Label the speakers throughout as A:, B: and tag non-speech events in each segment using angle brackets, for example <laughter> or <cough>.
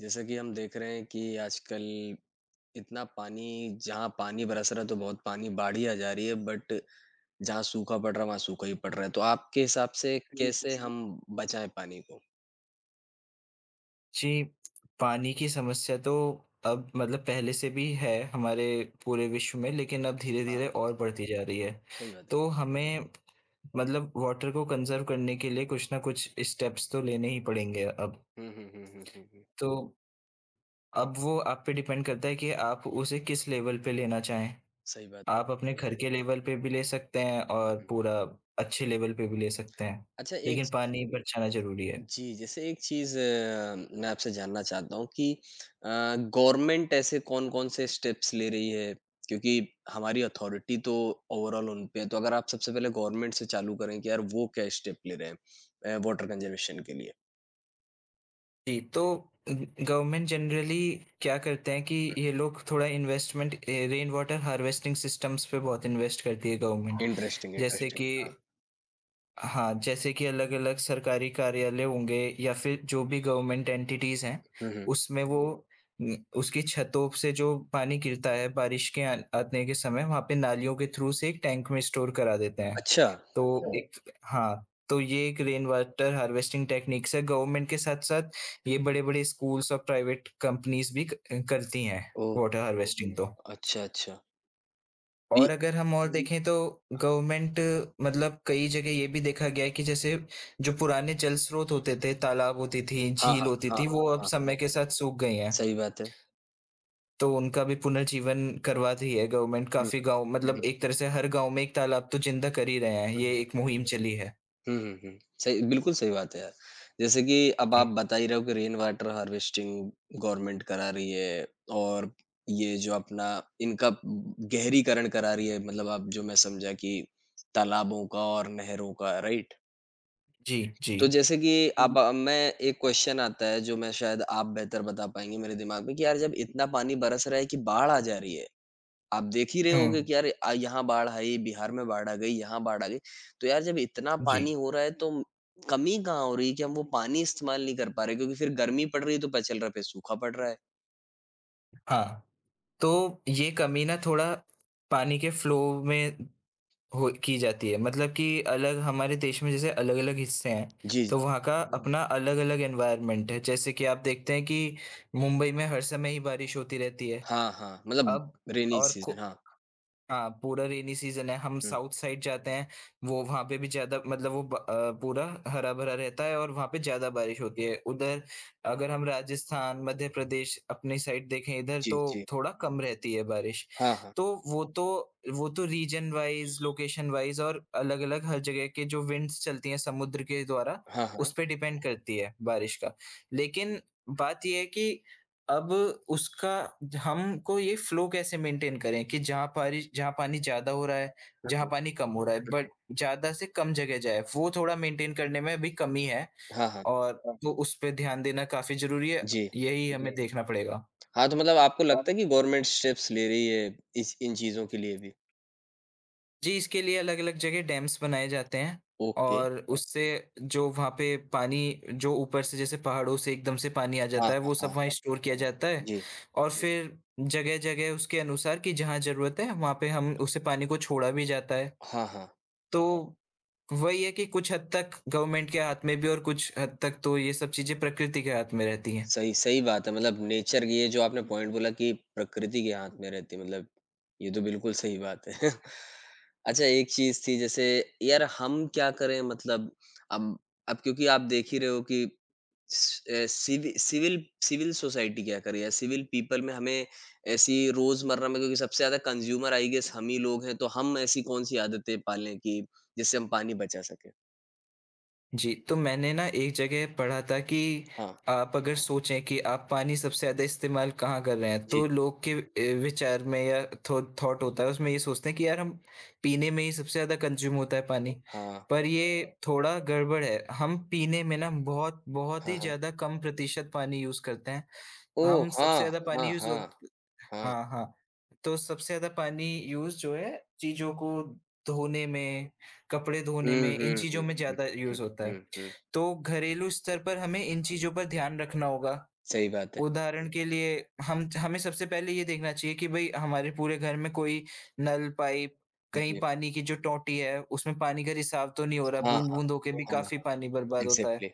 A: जैसा कि हम देख रहे हैं कि आजकल इतना पानी जहाँ पानी बरस रहा है तो बहुत पानी बाढ़ ही आ जा रही है बट जहाँ सूखा पड़ रहा है वहाँ सूखा ही पड़ रहा है। तो आपके हिसाब से कैसे हम बचाएँ पानी को?
B: जी, पानी की समस्या तो अब मतलब पहले से भी है हमारे पूरे विश्व में, लेकिन अब
A: हाँ,
B: धीरे-धीरे और बढ़ती जा रही है।
A: सही बात
B: तो
A: है।
B: हमें मतलब वाटर को कंज़र्व करने के लिए कुछ ना कुछ स्टेप्स तो लेने ही पड़ेंगे अब।
A: हुँ, हुँ, हुँ, हुँ, हुँ, हुँ।
B: तो अब वो आप पे डिपेंड करता है कि आप उसे किस लेवल पे लेना चाहें।
A: सही बात
B: आप
A: है।
B: अपने घर के लेवल पे भी ले सकते हैं
A: हुँ,
B: और
A: हुँ।
B: पूरा अच्छे लेवल पे भी ले सकते हैं,
A: अच्छा
B: लेकिन
A: एक
B: पानी बचाना ज़रूरी है।
A: जी, जैसे एक चीज़ मैं आपसे जानना चाहता हूँ कि अ, गवर्नमेंट ऐसे कौन-कौन से स्टेप्स ले रही है? क्योंकि हमारी अथॉरिटी तो ओवरऑल उन पे है, तो अगर आप सबसे पहले गवर्नमेंट से चालू करें कि यार वो क्या स्टेप ले रहे हैं वाटर कंज़र्वेशन के लिए?
B: जी, तो गवर्नमेंट जनरली क्या करते हैं कि ये लोग थोड़ा investment rain water harvesting systems पे बहुत इन्वेस्ट करती है गवर्नमेंट।
A: हाँ। इंटरेस्टिंग,
B: जैसे
A: इंटरेस्टिंग
B: कि
A: हाँ।
B: हाँ, जैसे कि अलग-अलग सरकारी कार्यालय होंगे या फिर जो भी गवर्नमेंट एंटिटीज़ हैं,
A: हुँ, हुँ।
B: उसमें वो उसकी छतों से जो पानी गिरता है बारिश के आन आने के समय वहाँ पे नालियों के थ्रू से एक टैंक में स्टोर करा देते हैं।
A: अच्छा।
B: तो
A: हुँ।
B: एक हाँ, तो ये एक रेन वाटर हार्वेस्टिंग टेक्निक्स है। गवर्नमेंट के साथ-साथ ये बड़े-बड़े स्कूल्स और प्राइवेट कंपनीज़ भी क करती हैं
A: ओह!
B: वाटर हार्वेस्टिंग तो।
A: अच्छा, अच्छा। ये
B: और अगर हम और देखें तो गवर्नमेंट मतलब कई जगह ये भी देखा गया है कि जैसे जो पुराने जल स्रोत होते थे, तालाब होती थी,
A: हाँ,
B: झील
A: हाँ,
B: होती
A: हाँ,
B: थी, वो
A: हाँ,
B: अब
A: हाँ।
B: समय के साथ सूख गई हैं।
A: सही बात है।
B: तो उनका भी पुनर्जीवन करवा रही है गवर्नमेंट,
A: हुँ,
B: काफ़ी गाँव
A: हुँ।
B: मतलब
A: हुँ,
B: एक तरह से हर गाँव में 1 तालाब तो जिंदा कर ही रहे हैं,
A: हुँ।
B: ये एक मुहिम चली है।
A: हुँ, हुँ, हुँ। सही बिल्कुल सही बात है यार। जैसे कि अब आप
B: जी,
A: बता ही रहे हो कि रेन वाटर हार्वेस्टिंग गवर्नमेंट करा रही है और ये जो अपना इनका गहरीकरण करा रही है मतलब आप जो मैं समझा कि तालाबों का और नहरों का, राइट?
B: जी, जी।
A: तो जैसे कि अब मैं एक क्वेश्चन आता है जो मैं शायद आप बेहतर बता पाएँगे मेरे दिमाग में कि यार जब इतना पानी बरस रहा है कि बाढ़ आ जा रही है आप देख ही रहे होगे
B: हुँ,
A: कि यार यहाँ बाढ़ आई, बिहार में बाढ़ आ गई, यहाँ बाढ़ आ गई। तो यार जब इतना
B: जी,
A: पानी हो रहा है तो कमी कहाँ हो रही है कि हम वो पानी इस्तेमाल नहीं कर पा रहे क्योंकि फिर गर्मी पड़ रही है तो पता चल रहा है फिर सूखा पड़ रहा है।
B: हाँ। तो ये कमी ना थोड़ा पानी के फ्लो में हो की जाती है। मतलब कि अलग हमारे देश में जैसे अलग-अलग हिस्से हैं,
A: जी, जी।
B: तो वहाँ का हुँ। अपना अलग-अलग एनवायरनमेंट है। जैसे कि आप देखते हैं कि मुंबई में हर समय ही बारिश होती रहती है।
A: हाँ, हाँ, मतलब
B: अब
A: रेनी
B: और
A: सीज़न
B: को
A: हाँ।
B: हाँ, पूरा रेनी सीज़न है, हम
A: हुँ,
B: साउथ साइड जाते हैं, वो वहाँ पे भी ज़्यादा मतलब पूरा हरा-भरा रहता है और वहाँ पे ज़्यादा बारिश होती है। उधर अगर हम राजस्थान, मध्य प्रदेश अपनी साइड देखें इधर
A: जी,
B: तो
A: जी।
B: थोड़ा कम रहती है बारिश।
A: हाँ, हाँ।
B: तो वो तो रीजन वाइज़, लोकेशन वाइज़ और अलग-अलग हर जगह के जो विंड्स चलती हैं समुद्र के द्वारा,
A: हाँ,
B: उस
A: हाँ।
B: पे डिपेंड करती है बारिश का। लेकिन बात ये है कि अब उसका ज हमको ये फ़्लो कैसे मेंटेन करें कि जहाँ पारी जहाँ पानी ज़्यादा हो रहा है,
A: हुँ,
B: जहाँ
A: हुँ,
B: पानी कम हो रहा है,
A: हुँ,
B: बट
A: हुँ।
B: ज़्यादा से कम जगह जाए, वो थोड़ा मेंटेन करने में अभी कमी है
A: हाँ, हाँ।
B: और, हाँ, तो उस पे ध्यान देना काफ़ी ज़रूरी है।
A: जी।
B: यही हमें, जी, देखना पड़ेगा।
A: हाँ, तो मतलब आपको लगता है कि गवर्नमेंट स्टेप्स ले रही है इस इन चीज़ों के लिए भी?
B: जी, इसके लिए अलग-अलग जगह डैम्स बनाए जाते हैं
A: ओके।
B: और उससे जो वहाँ पे पानी जो ऊपर से जैसे पहाड़ों से एकदम से पानी आ
A: हाँ,
B: जाता है,
A: हाँ,
B: वो सब
A: हाँ।
B: वहाँ, अच्छा, स्टोर किया जाता है
A: जी।
B: और, जी, फिर जगह-जगह उसके अनुसार कि जहाँ ज़रूरत है, वहाँ पे हम उसे पानी को छोड़ा भी जाता है।
A: हाँ, हाँ।
B: तो वही है कि कुछ हद तक गवर्नमेंट के हाथ में भी और कुछ हद तक तो ये सब चीज़ें प्रकृति के हाथ में रहती हैं।
A: सही सही बात है। मतलब नेचर की ये जो आपने पॉइंट बोला कि प्रकृति के हाथ में रहती है, मतलब ये तो बिल्कुल सही बात है। <laughs> अच्छा एक चीज़ थी जैसे यार हम क्या करें मतलब अब अब क्योंकि आप देख ही रहे हो कि स अ, सिवि सिविल सिविल सोसाइटी क्या करे या सिविल पीपल में हमें ऐसी रोज़मर्रा में क्योंकि सबसे ज़्यादा कंज़्यूमर आई गेस हम ही लोग हैं, तो हम ऐसी कौन-सी आदतें पालें कि जिससे हम पानी बचा सकें?
B: जी, तो मैंने ना एक जगह पढ़ा था कि
A: हाँ।
B: आप अगर सोचें कि आप पानी सबसे ज़्यादा इस्तेमाल कहाँ कर रहे हैं,
A: जी।
B: तो लोग के विचार में या थॉ थॉट होता है उसमें, ये सोचते हैं कि यार हम पीने में ही सबसे ज़्यादा कंज़्यूम होता है पानी।
A: हाँ।
B: पर ये थोड़ा गड़बड़ है, हम पीने में ना बहुत, बहुत
A: हाँ,
B: ही
A: हाँ।
B: ज़्यादा कम प्रतिशत पानी यूज़ करते हैं।
A: ओह!
B: हम
A: हाँ,
B: सबसे ज़्यादा पानी
A: हाँ,
B: यूज़
A: हाँ।
B: होत
A: हाँ।
B: हाँ, हाँ। तो सबसे ज़्यादा पानी यूज़ जो है, चीज़ों को धोने में, कपड़े धोने
A: हुँ,
B: में,
A: हुँ,
B: इन चीज़ों
A: हुँ,
B: में
A: हुँ,
B: ज़्यादा
A: हुँ,
B: यूज़ होता
A: हुँ,
B: है।
A: हुँ।
B: तो घरेलू स्तर पर हमें इन चीज़ों पर ध्यान रखना होगा।
A: सही बात है।
B: उदाहरण के लिए हम हमें सबसे पहले ये देखना चाहिए कि भई हमारे पूरे घर में कोई नल, पाइप, कहीं
A: जी।
B: पानी की जो टोटी है, उसमें पानी का रिसाव तो नहीं हो रहा,
A: हाँ, हाँ,
B: बूँद-बूँद होके भी
A: हाँ,
B: काफ़ी
A: हाँ,
B: पानी बर्बाद होता है।
A: एग्ज़ैक्टली।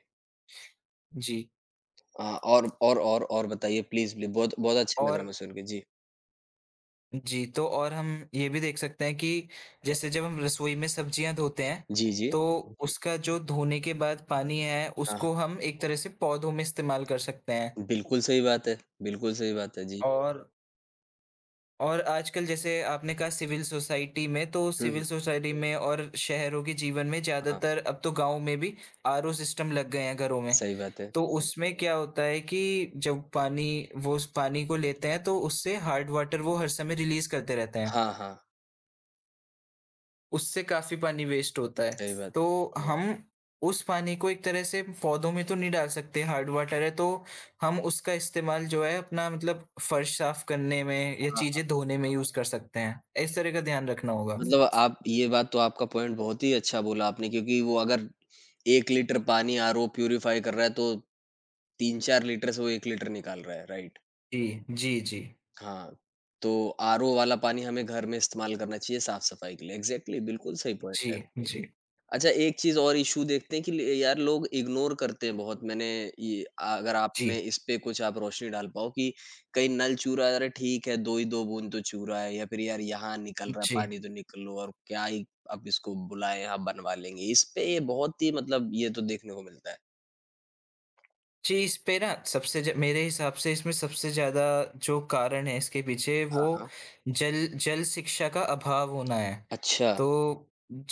B: जी,
A: हाँ, और बताइए प्लीज़, प्लीज़ बहुत बहुत अच्छा लग
B: और,
A: रहा मुझे सुन के। जी।
B: जी, तो और हम ये भी देख सकते हैं कि जैसे जब हम रसोई में सब्जियाँ धोते हैं,
A: जी, जी।
B: तो, जी, उसका जो धोने के बाद पानी है,
A: हाँ, हाँ।
B: उसको हम एक तरह से पौधों में इस्तेमाल कर सकते हैं।
A: बिल्कुल सही बात है, बिल्कुल सही बात है। जी।
B: और और आजकल जैसे आपने कहा सिविल सोसाइटी में, तो
A: हुँ,
B: सिविल
A: हुँ।
B: सोसाइटी में और शहरों के जीवन में
A: हाँ,
B: ज़्यादातर अब तो गाँव में भी आरओ सिस्टम लग गए हैं घरों में।
A: सही बात है।
B: तो उसमें क्या होता है कि जब पानी वो उस पानी को लेते हैं तो उससे हार्ड वाटर वो हर समय रिलीज़ करते रहते हैं।
A: हाँ, हाँ,
B: उससे काफ़ी पानी वेस्ट होता है।
A: सही बात।
B: तो हम उस पानी को एक तरह से पौधों में तो नहीं डाल सकते, हार्ड वाटर है, तो हम उसका इस्तेमाल जो है अपना मतलब फर्श साफ़ करने में या
A: हाँ, हाँ।
B: चीज़ें धोने में यूज़ कर सकते हैं। इस तरह का ध्यान रखना होगा।
A: मतलब आप ये बात तो आपका पॉइंट बहुत ही अच्छा बोला आपने क्योंकि वो अगर 1 लीटर पानी आरओ प्यूरीफाई कर रहा है तो 3-4 लीटर से वो 1 लीटर निकाल रहा है, राइट?
B: जी, जी, जी।
A: हाँ, तो आरओ वाला पानी हमें घर में इस्तेमाल करना चाहिए साफ़-सफ़ाई के लिए। एग्ज़ैक्टली बिल्कुल सही
B: जी,
A: पॉइंट है।
B: जी,
A: अच्छा एक चीज़ और इश्यू देखते हैं कि ल यार लोग इग्नोर करते हैं बहुत। मैंने अगर आपने
B: जी,
A: इस पे कुछ आप रोशनी डाल पाओ कि कहीं नल चूरा है, अरे ठीक है 2 ही 2 बूंद तो चूरा है या फिर यार यहाँ निकल रहा है
B: जी।
A: पानी तो निकल लो और क्या ही अब इसको बुलाएँ, हाँ, बनवा लेंगे। इस पे ये बहुत ही मतलब ये तो देखने को मिलता है।
B: जी, इस पे ना सबसे ज मेरे हिसाब से इसमें सबसे ज़्यादा जो कारण है इसके पीछे वो
A: हाँ, हाँ।
B: जल जल शिक्षा का अभाव होना है।
A: अच्छा।
B: तो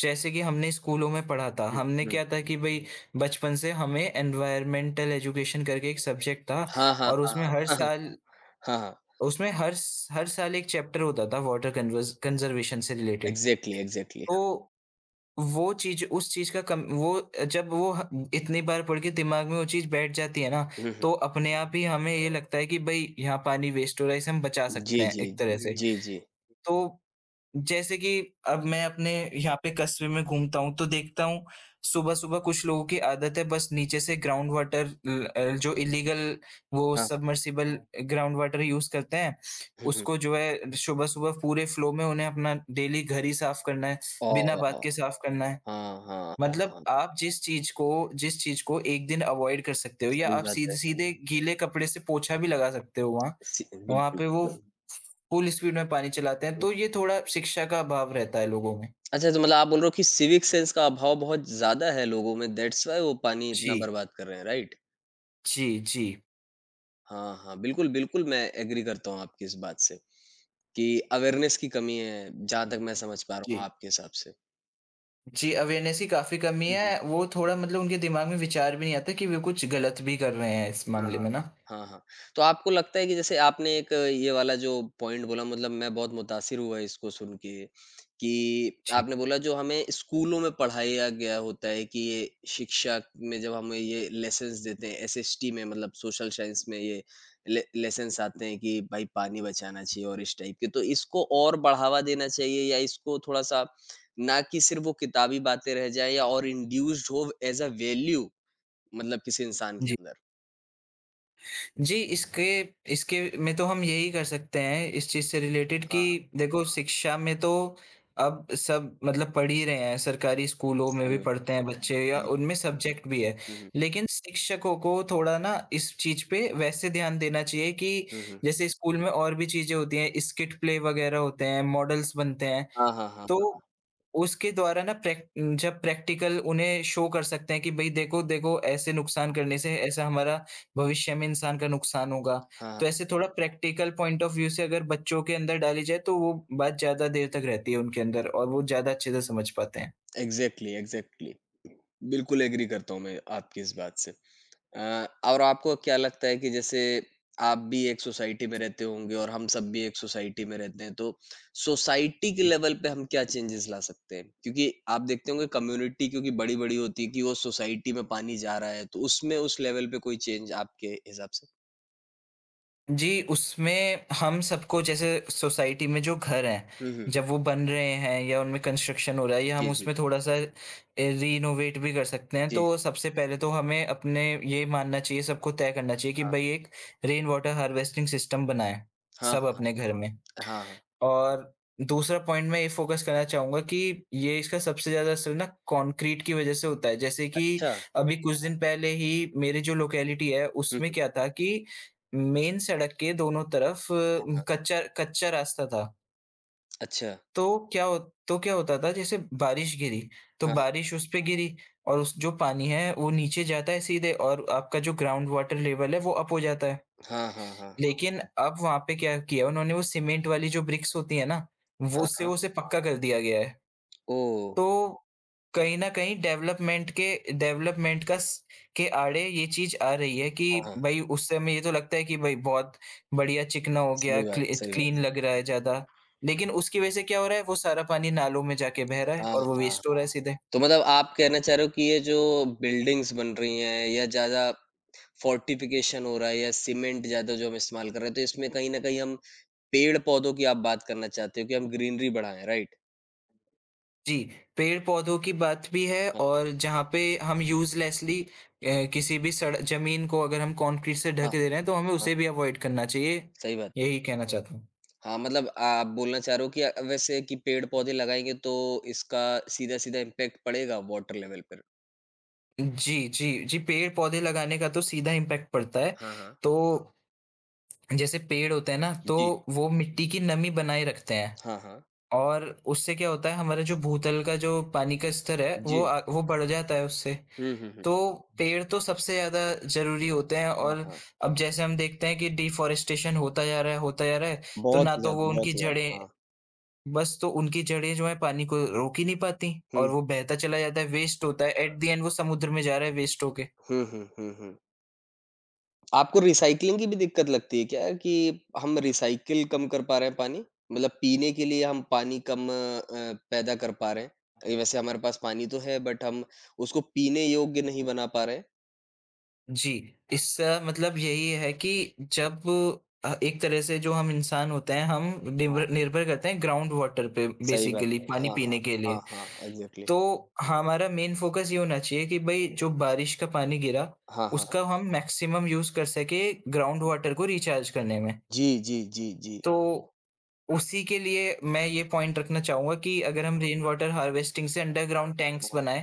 B: जैसे कि हमने स्कूलों में पढ़ा था,
A: हुँ,
B: हमने
A: हुँ।
B: क्या था कि भई बचपन से हमें एनवायरमेंटल एजुकेशन करके एक सब्जेक्ट था
A: हाँ, हाँ,
B: और
A: हाँ,
B: उसमें हर
A: हाँ, हाँ,
B: साल,
A: हाँ, हाँ।
B: उसमें हर साल एक चैप्टर होता था वाटर कन्वर्स कंज़र्वेशन से रिलेटेड।
A: Exactly, exactly.
B: तो वो चीज़ उस चीज़ का कम वो, जब वो ह इतनी बार पढ़ के दिमाग में वो चीज़ बैठ जाती है ना,
A: हुँ।
B: तो अपने आप ही हमें ये लगता है कि भई यहाँ पानी वेस्ट हो रहा है, इसे हम बचा
A: जी,
B: सकते हैं
A: जी,
B: एक
A: जी।
B: तरह से। जी।
A: जी, जी।
B: तो जैसे कि अब मैं अपने यहाँ पे कस्बे में घूमता हूँ, तो देखता हूँ सुबह-सुबह कुछ लोगों की आदत है बस नीचे से ग्राउंड वाटर जो इल्लीगल वो
A: हाँ, हाँ।
B: सबमर्सिबल, हाँ, ग्राउंड वाटर यूज़ करते हैं,
A: हुँ, हुँ।
B: उसको जो है सुबह-सुबह पूरे फ्लो में उन्हें अपना डेली घर ही साफ़ करना है,
A: ओह!
B: बिना बात के साफ़ करना है।
A: हाँ, हाँ, हाँ,
B: मतलब
A: हाँ।
B: आप जिस चीज़ को एक दिन अवॉइड कर सकते हो या
A: सही
B: आप
A: बात है।
B: सीधे-सीधे गीले कपड़े से पोछा भी लगा सकते हो वहाँ।
A: सि बिल्कुल,
B: वहाँ पे वो
A: बिल्कुल।
B: फुल स्पीड में पानी चलाते हैं, तो ये थोड़ा शिक्षा का अभाव रहता है लोगों में।
A: अच्छा तो मतलब आप बोल रहे हो कि सिविक सेंस का अभाव बहुत ज़्यादा है लोगों में दैट्स व्हाई वो पानी
B: जी।
A: इतना बर्बाद कर रहे हैं, राइट?
B: जी, जी।
A: हाँ, हाँ। बिल्कुल, बिल्कुल मैं एग्री करता हूँ आपकी इस बात से, कि अवेयरनेस की कमी है, जहाँ तक मैं समझ पा रहा हूँ
B: जी।
A: आपके हिसाब से।
B: जी, अवेयरनेस की काफ़ी कमी
A: हुँ, हुँ।
B: है। वो थोड़ा मतलब उनके दिमाग में विचार भी नहीं आता कि वे कुछ गलत भी कर रहे हैं इस
A: हाँ,
B: मामले में ना।
A: हाँ, हाँ। हाँ। तो आपको लगता है कि जैसे आपने एक ये वाला जो पॉइंट बोला मतलब मैं बहुत मुतासिर हुआ इसको सुन के, कि
B: जी।
A: आपने बोला जो हमें स्कूलों में पढ़ाया गया होता है कि ये शिक्षा में जब हमें ये लेसन्स देते हैं एसएसटी में मतलब सोशल साइंस में ये ले लेसन्स आते हैं कि भाई पानी बचाना चाहिए और इस टाइप के। तो इसको और बढ़ावा देना चाहिए या इसको थोड़ा-सा ना कि सिर्फ़ वो किताबी बातें रह जाएँ या और इंड्यूस्ड हो एज़ अ वैल्यू मतलब किसी इंसान के
B: जी।
A: अंदर?
B: जी, इसके इसके में तो हम यही कर सकते हैं इस चीज़ से रिलेटेड कि
A: हाँ।
B: देखो शिक्षा में तो अब सब मतलब पढ़ ही रहे हैं, सरकारी स्कूलों में भी
A: सही बात
B: पढ़ते हैं बच्चे या
A: जी।
B: उनमें सब्जेक्ट भी है।
A: हुँ, हुँ।
B: लेकिन शिक्षकों को थोड़ा ना इस चीज़ पे वैसे ध्यान देना चाहिए कि
A: हुँ, हुँ।
B: जैसे स्कूल में और भी चीज़ें होती हैं, स्किट प्ले वगैरह होते हैं, मॉडल्स बनते हैं।
A: हाँ, हाँ, हाँ,
B: तो उसके द्वारा ना प्रैक जब प्रैक्टिकल उन्हें शो कर सकते हैं कि भई देखो, देखो ऐसे नुकसान
A: हाँ।
B: करने से ऐसा हमारा भविष्य में इंसान का नुकसान होगा।
A: हाँ,
B: तो ऐसे थोड़ा प्रैक्टिकल पॉइंट ऑफ व्यू से अगर बच्चों के अंदर डाली जाए तो वो बात ज़्यादा देर तक रहती है उनके अंदर और वो ज़्यादा अच्छे से समझ पाते हैं।
A: Exactly, exactly. बिल्कुल एग्री करता हूँ मैं आपकी इस बात से। और आपको क्या लगता है कि जैसे आप भी एक सोसाइटी में रहते होंगे और हम सब भी एक सोसाइटी में रहते हैं, तो सोसाइटी के लेवल पे हम क्या चेंजेज़ ला सकते हैं? क्योंकि आप देखते होंगे कम्युनिटी क्योंकि बड़ी-बड़ी होती है कि वो सोसाइटी में पानी जा रहा है, तो उसमें उस लेवल पे कोई चेंज आपके हिसाब से?
B: जी, उसमें हम सबको जैसे सोसाइटी में जो घर हैं,
A: हुँ, हुँ।
B: जब वो बन रहे हैं या उनमें कंस्ट्रक्शन हो रहा है या हम
A: जी, जी,
B: उसमें थोड़ा-सा रिनोवेट भी कर सकते हैं,
A: जी।
B: तो सबसे पहले तो हमें अपने ये मानना चाहिए, सबको तय करना चाहिए कि
A: हाँ,
B: भई एक रेन वाटर हार्वेस्टिंग सिस्टम बनाएँ,
A: हाँ,
B: सब अपने घर में।
A: हाँ, हाँ, हाँ।
B: और दूसरा पॉइंट मैं ये फ़ोकस करना चाहूँगा कि ये इसका सबसे ज़्यादा असर ना कंक्रीट की वज़ह से होता है। जैसे कि
A: अच्छा।
B: अभी कुछ दिन पहले ही मेरी जो लोकेलिटी है,
A: हुँ,
B: उसमें
A: हुँ।
B: क्या था कि मेन सड़क के दोनों तरफ कच्चा कच्चा रास्ता था।
A: अच्छा,
B: तो क्या हो तो क्या होता था, जैसे बारिश गिरी, तो
A: हाँ,
B: बारिश उस पे गिरी और उस जो पानी है वो नीचे जाता है सीधे और आपका जो ग्राउंड वाटर लेवल है वो अप हो जाता है।
A: हाँ, हाँ, हाँ,
B: लेकिन अब वहाँ पे क्या किया उन्होंने, वो सीमेंट वाली जो ब्रिक्स होती है ना, वो
A: हाँ,
B: उससे
A: हाँ।
B: उसे पक्का कर दिया गया है।
A: ओह!
B: तो कहीं न कहीं डेवलपमेंट का स के आड़े ये चीज़ आ रही है कि
A: हाँ, हाँ,
B: भई उससे हमें ये तो लगता है कि भई बहुत बढ़िया, चिकना हो गया,
A: सही बात, सही बात।
B: क्लीन लग रहा है ज़्यादा। लेकिन उसकी वजह से क्या हो रहा है, वो सारा पानी नालों में जाके बह रहा है
A: हाँ,
B: और वो
A: हाँ।
B: वेस्ट हो रहा है सीधे।
A: तो मतलब आप कहना चाह रहे हो कि ये जो बिल्डिंग्स बन रही हैं या ज़्यादा फोर्टिफिकेशन हो रहा है या सीमेंट ज़्यादा जो हम इस्तेमाल कर रहे हैं, तो इसमें कहीं न कहीं हम पेड़-पौधों की आप बात करना चाहते हो कि हम ग्रीनरी बढ़ाएँ, राइट?
B: जी, पेड़-पौधों की बात भी है
A: हाँ,
B: और जहाँ पे हम यूज़लेसली किसी भी सड़ ज़मीन को अगर हम कंक्रीट से ढक
A: हाँ,
B: दे रहे हैं, तो हमें
A: हाँ,
B: उसे भी अवॉइड करना चाहिए,
A: सही बात।
B: यही कहना चाहता हूँ।
A: हाँ, मतलब आप बोलना चाह रहे हो कि वैसे कि पेड़-पौधे लगाएँगे तो इसका सीधा-सीधा इम्पैक्ट पड़ेगा वाटर लेवल पर।
B: जी, जी, जी, पेड़-पौधे लगाने का तो सीधा इम्पैक्ट पड़ता है।
A: हाँ, हाँ।
B: तो जैसे पेड़ होते हैं ना,
A: जी।
B: तो वो मिट्टी की नमी बनाए रखते हैं
A: हाँ, हाँ।
B: और उससे क्या होता है, हमारा जो भूतल का जो पानी का स्तर है,
A: जी।
B: वो बढ़ जाता है उससे।
A: हुँ, हुँ, हुँ।
B: तो पेड़ तो सबसे ज़्यादा ज़रूरी होते हैं
A: हाँ,
B: और
A: हाँ।
B: अब जैसे हम देखते हैं कि डिफ़ॉरेस्टेशन होता जा रहा है, होता जा रहा है, तो ना तो वो, हाँ, उनकी
A: बहुत ही ज़्यादा,
B: जड़ें,
A: हाँ।
B: बस तो उनकी जड़ें जो हैं पानी को रोक ही नहीं पाती और
A: हुँ,
B: वो बहता चला जाता है, वेस्ट होता है, एट द एंड वो समुद्र में जा रहा है वेस्ट होके।
A: हुँ, हुँ, हुँ, हुँ। आपको रिसाइक्लिंग की भी दिक्कत लगती है क्या कि हम रिसाइकिल कम कर पा रहे हैं पानी? मतलब पीने के लिए हम पानी कम पैदा कर पा रहे हैं। ये वैसे हमारे पास पानी तो है बट हम उसको पीने योग्य नहीं बना पा रहे हैं।
B: जी, इसका मतलब यही है कि जब एक तरह से जो हम इंसान होते हैं, हम
A: हाँ,
B: निर्भर निर्भर करते हैं ग्राउंड वाटर पे
A: सही बात
B: बेसिकली
A: है।
B: पानी
A: हाँ,
B: पीने
A: हाँ।
B: के
A: हाँ,
B: लिए।
A: हाँ, एग्ज़ैक्टली।
B: तो हमारा मेन फ़ोकस ये होना चाहिए कि भई जो बारिश का पानी गिरा,
A: हाँ, हाँ।
B: उसका हम मैक्सिमम यूज़ कर सकें ग्राउंड वाटर को रिचार्ज करने में।
A: जी, जी, जी, जी।
B: तो उसी के लिए मैं ये पॉइंट रखना चाहूँगा कि अगर हम रेन वाटर हार्वेस्टिंग से अंडरग्राउंड टैंक्स
A: हाँ।
B: बनाएँ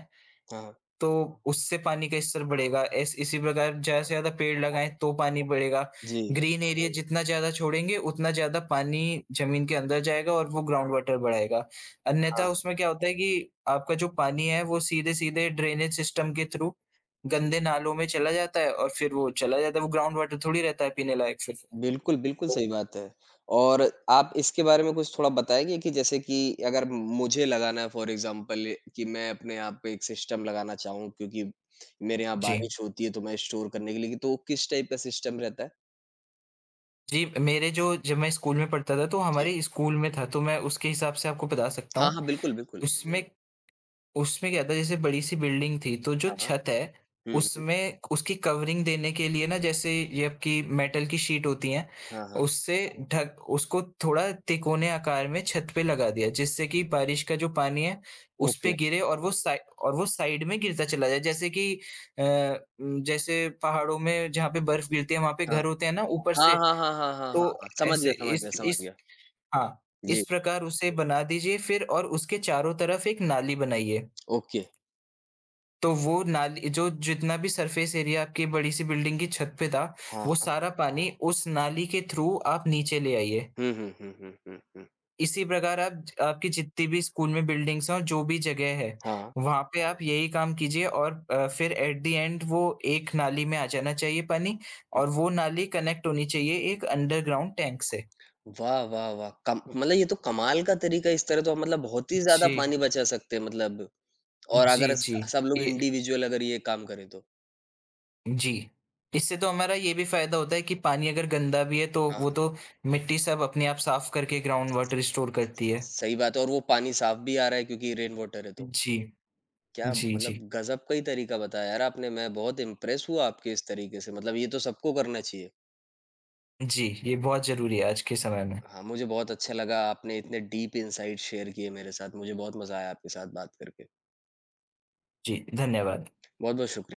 A: हाँ, हाँ।
B: तो उससे पानी का स्तर बढ़ेगा। ऐस इसी प्रकार ज़्यादा से ज़्यादा पेड़
A: हाँ,
B: लगाएँ तो
A: हाँ।
B: पानी बढ़ेगा।
A: जी,
B: ग्रीन एरिया, जी, जितना ज़्यादा छोड़ेंगे उतना ज़्यादा पानी ज़मीन के अंदर जाएगा और वो ग्राउंड वाटर बढ़ाएगा। अन्यथा
A: हाँ।
B: उसमें क्या होता है कि आपका जो पानी है वो सीधे-सीधे ड्रेनेज सिस्टम के थ्रू गंदे नालों में चला जाता है और फिर वो चला जाता है, वो ग्राउंड वाटर थोड़ी रहता है पीने लायक फिर।
A: बिल्कुल, बिल्कुल
B: तो,
A: सही बात है। और आप इसके बारे में कुछ थोड़ा बताएँगे कि जैसे कि अगर मुझे लगाना है फॉर एग्ज़ाम्पल कि मैं अपने यहाँ पे एक सिस्टम लगाना चाहूँ क्योंकि मेरे यहाँ
B: जी,
A: बारिश होती है तो मैं स्टोर करने के लिए तो वो किस टाइप का सिस्टम रहता है?
B: जी, मेरे जो जब मैं स्कूल में पढ़ता था तो
A: जी।
B: हमारे स्कूल में था तो मैं उसके हिसाब से आपको बता सकता
A: हाँ,
B: हूँ।
A: हाँ, बिल्कुल, बिल्कुल।
B: उसमें, जी, उसमें क्या था जैसे बड़ी सी बिल्डिंग थी तो जो
A: हाँ, हाँ।
B: छत है
A: हुँ, हुँ।
B: उसमें उसकी कवरिंग देने के लिए ना जैसे ये आपकी मेटल की शीट होती है,
A: हाँ, हाँ।
B: उससे ढक उसको थोड़ा तिकोने आकार में छत पे लगा दिया, जिससे कि बारिश का जो पानी है उस
A: ओके।
B: पे गिरे और वो साइड में गिरता चला जाए, जैसे कि अ, जैसे पहाड़ों में जहाँ पे बर्फ गिरती है वहां पे
A: हाँ।
B: घर होते हैं ना ऊपर
A: हाँ,
B: से।
A: हाँ, हाँ, हाँ, हाँ,
B: तो
A: हाँ, हाँ। समझ
B: ऐसे
A: गया, समझ गया, समझ
B: इस
A: गया।
B: हाँ, इस
A: जी,
B: प्रकार उसे बना दीजिए फिर और उसके चारों तरफ एक नाली बनाइए।
A: ओके।
B: तो वो नाली, जो जितना भी सरफेस एरिया आपकी बड़ी सी बिल्डिंग की छत पे था,
A: हाँ,
B: वो
A: हाँ।
B: सारा पानी उस नाली के थ्रू आप नीचे ले आइए।
A: हुँ, हुँ, हुँ, हुँ, हुँ, हुँ।
B: इसी प्रकार आप आपकी जितनी भी स्कूल में बिल्डिंग्स हैं और जो भी जगह है,
A: हाँ।
B: वहाँ पे आप यही काम कीजिए और फिर एट द एंड वो एक नाली में आ जाना चाहिए पानी और वो नाली कनेक्ट होनी चाहिए एक अंडरग्राउंड टैंक से।
A: वाह, वाह, वाह! कम मतलब ये तो कमाल का तरीका है, इस तरह तो आप मतलब बहुत ही ज़्यादा
B: जी।
A: पानी बचा सकते हैं मतलब और
B: जी,
A: अगर स
B: जी।
A: सब लोग
B: ये,
A: इंडिविजुअल अगर ये काम करें तो।
B: जी, इससे तो हमारा ये भी फ़ायदा होता है कि पानी अगर गंदा भी है तो
A: हाँ,
B: वो
A: हाँ।
B: तो मिट्टी सब अपने आप साफ़ करके ग्राउंड वाटर स्टोर करती है।
A: सही बात है और वो पानी साफ भी आ रहा है क्योंकि रेन वाटर है तो।
B: जी।
A: क्या
B: जी,
A: मतलब
B: जी।
A: गज़ब का ही तरीका बताया यार आपने, मैं बहुत इम्प्रेस हुआ आपके इस तरीके से, मतलब ये तो सबको करना चाहिए।
B: जी, ये बहुत ज़रूरी है आज के समय में।
A: हाँ, मुझे बहुत अच्छा लगा आपने इतने डीप इनसाइट शेयर किए मेरे साथ, मुझे बहुत मज़ा आया आपके साथ बात करके।
B: जी, धन्यवाद।
A: बहुत-बहुत शुक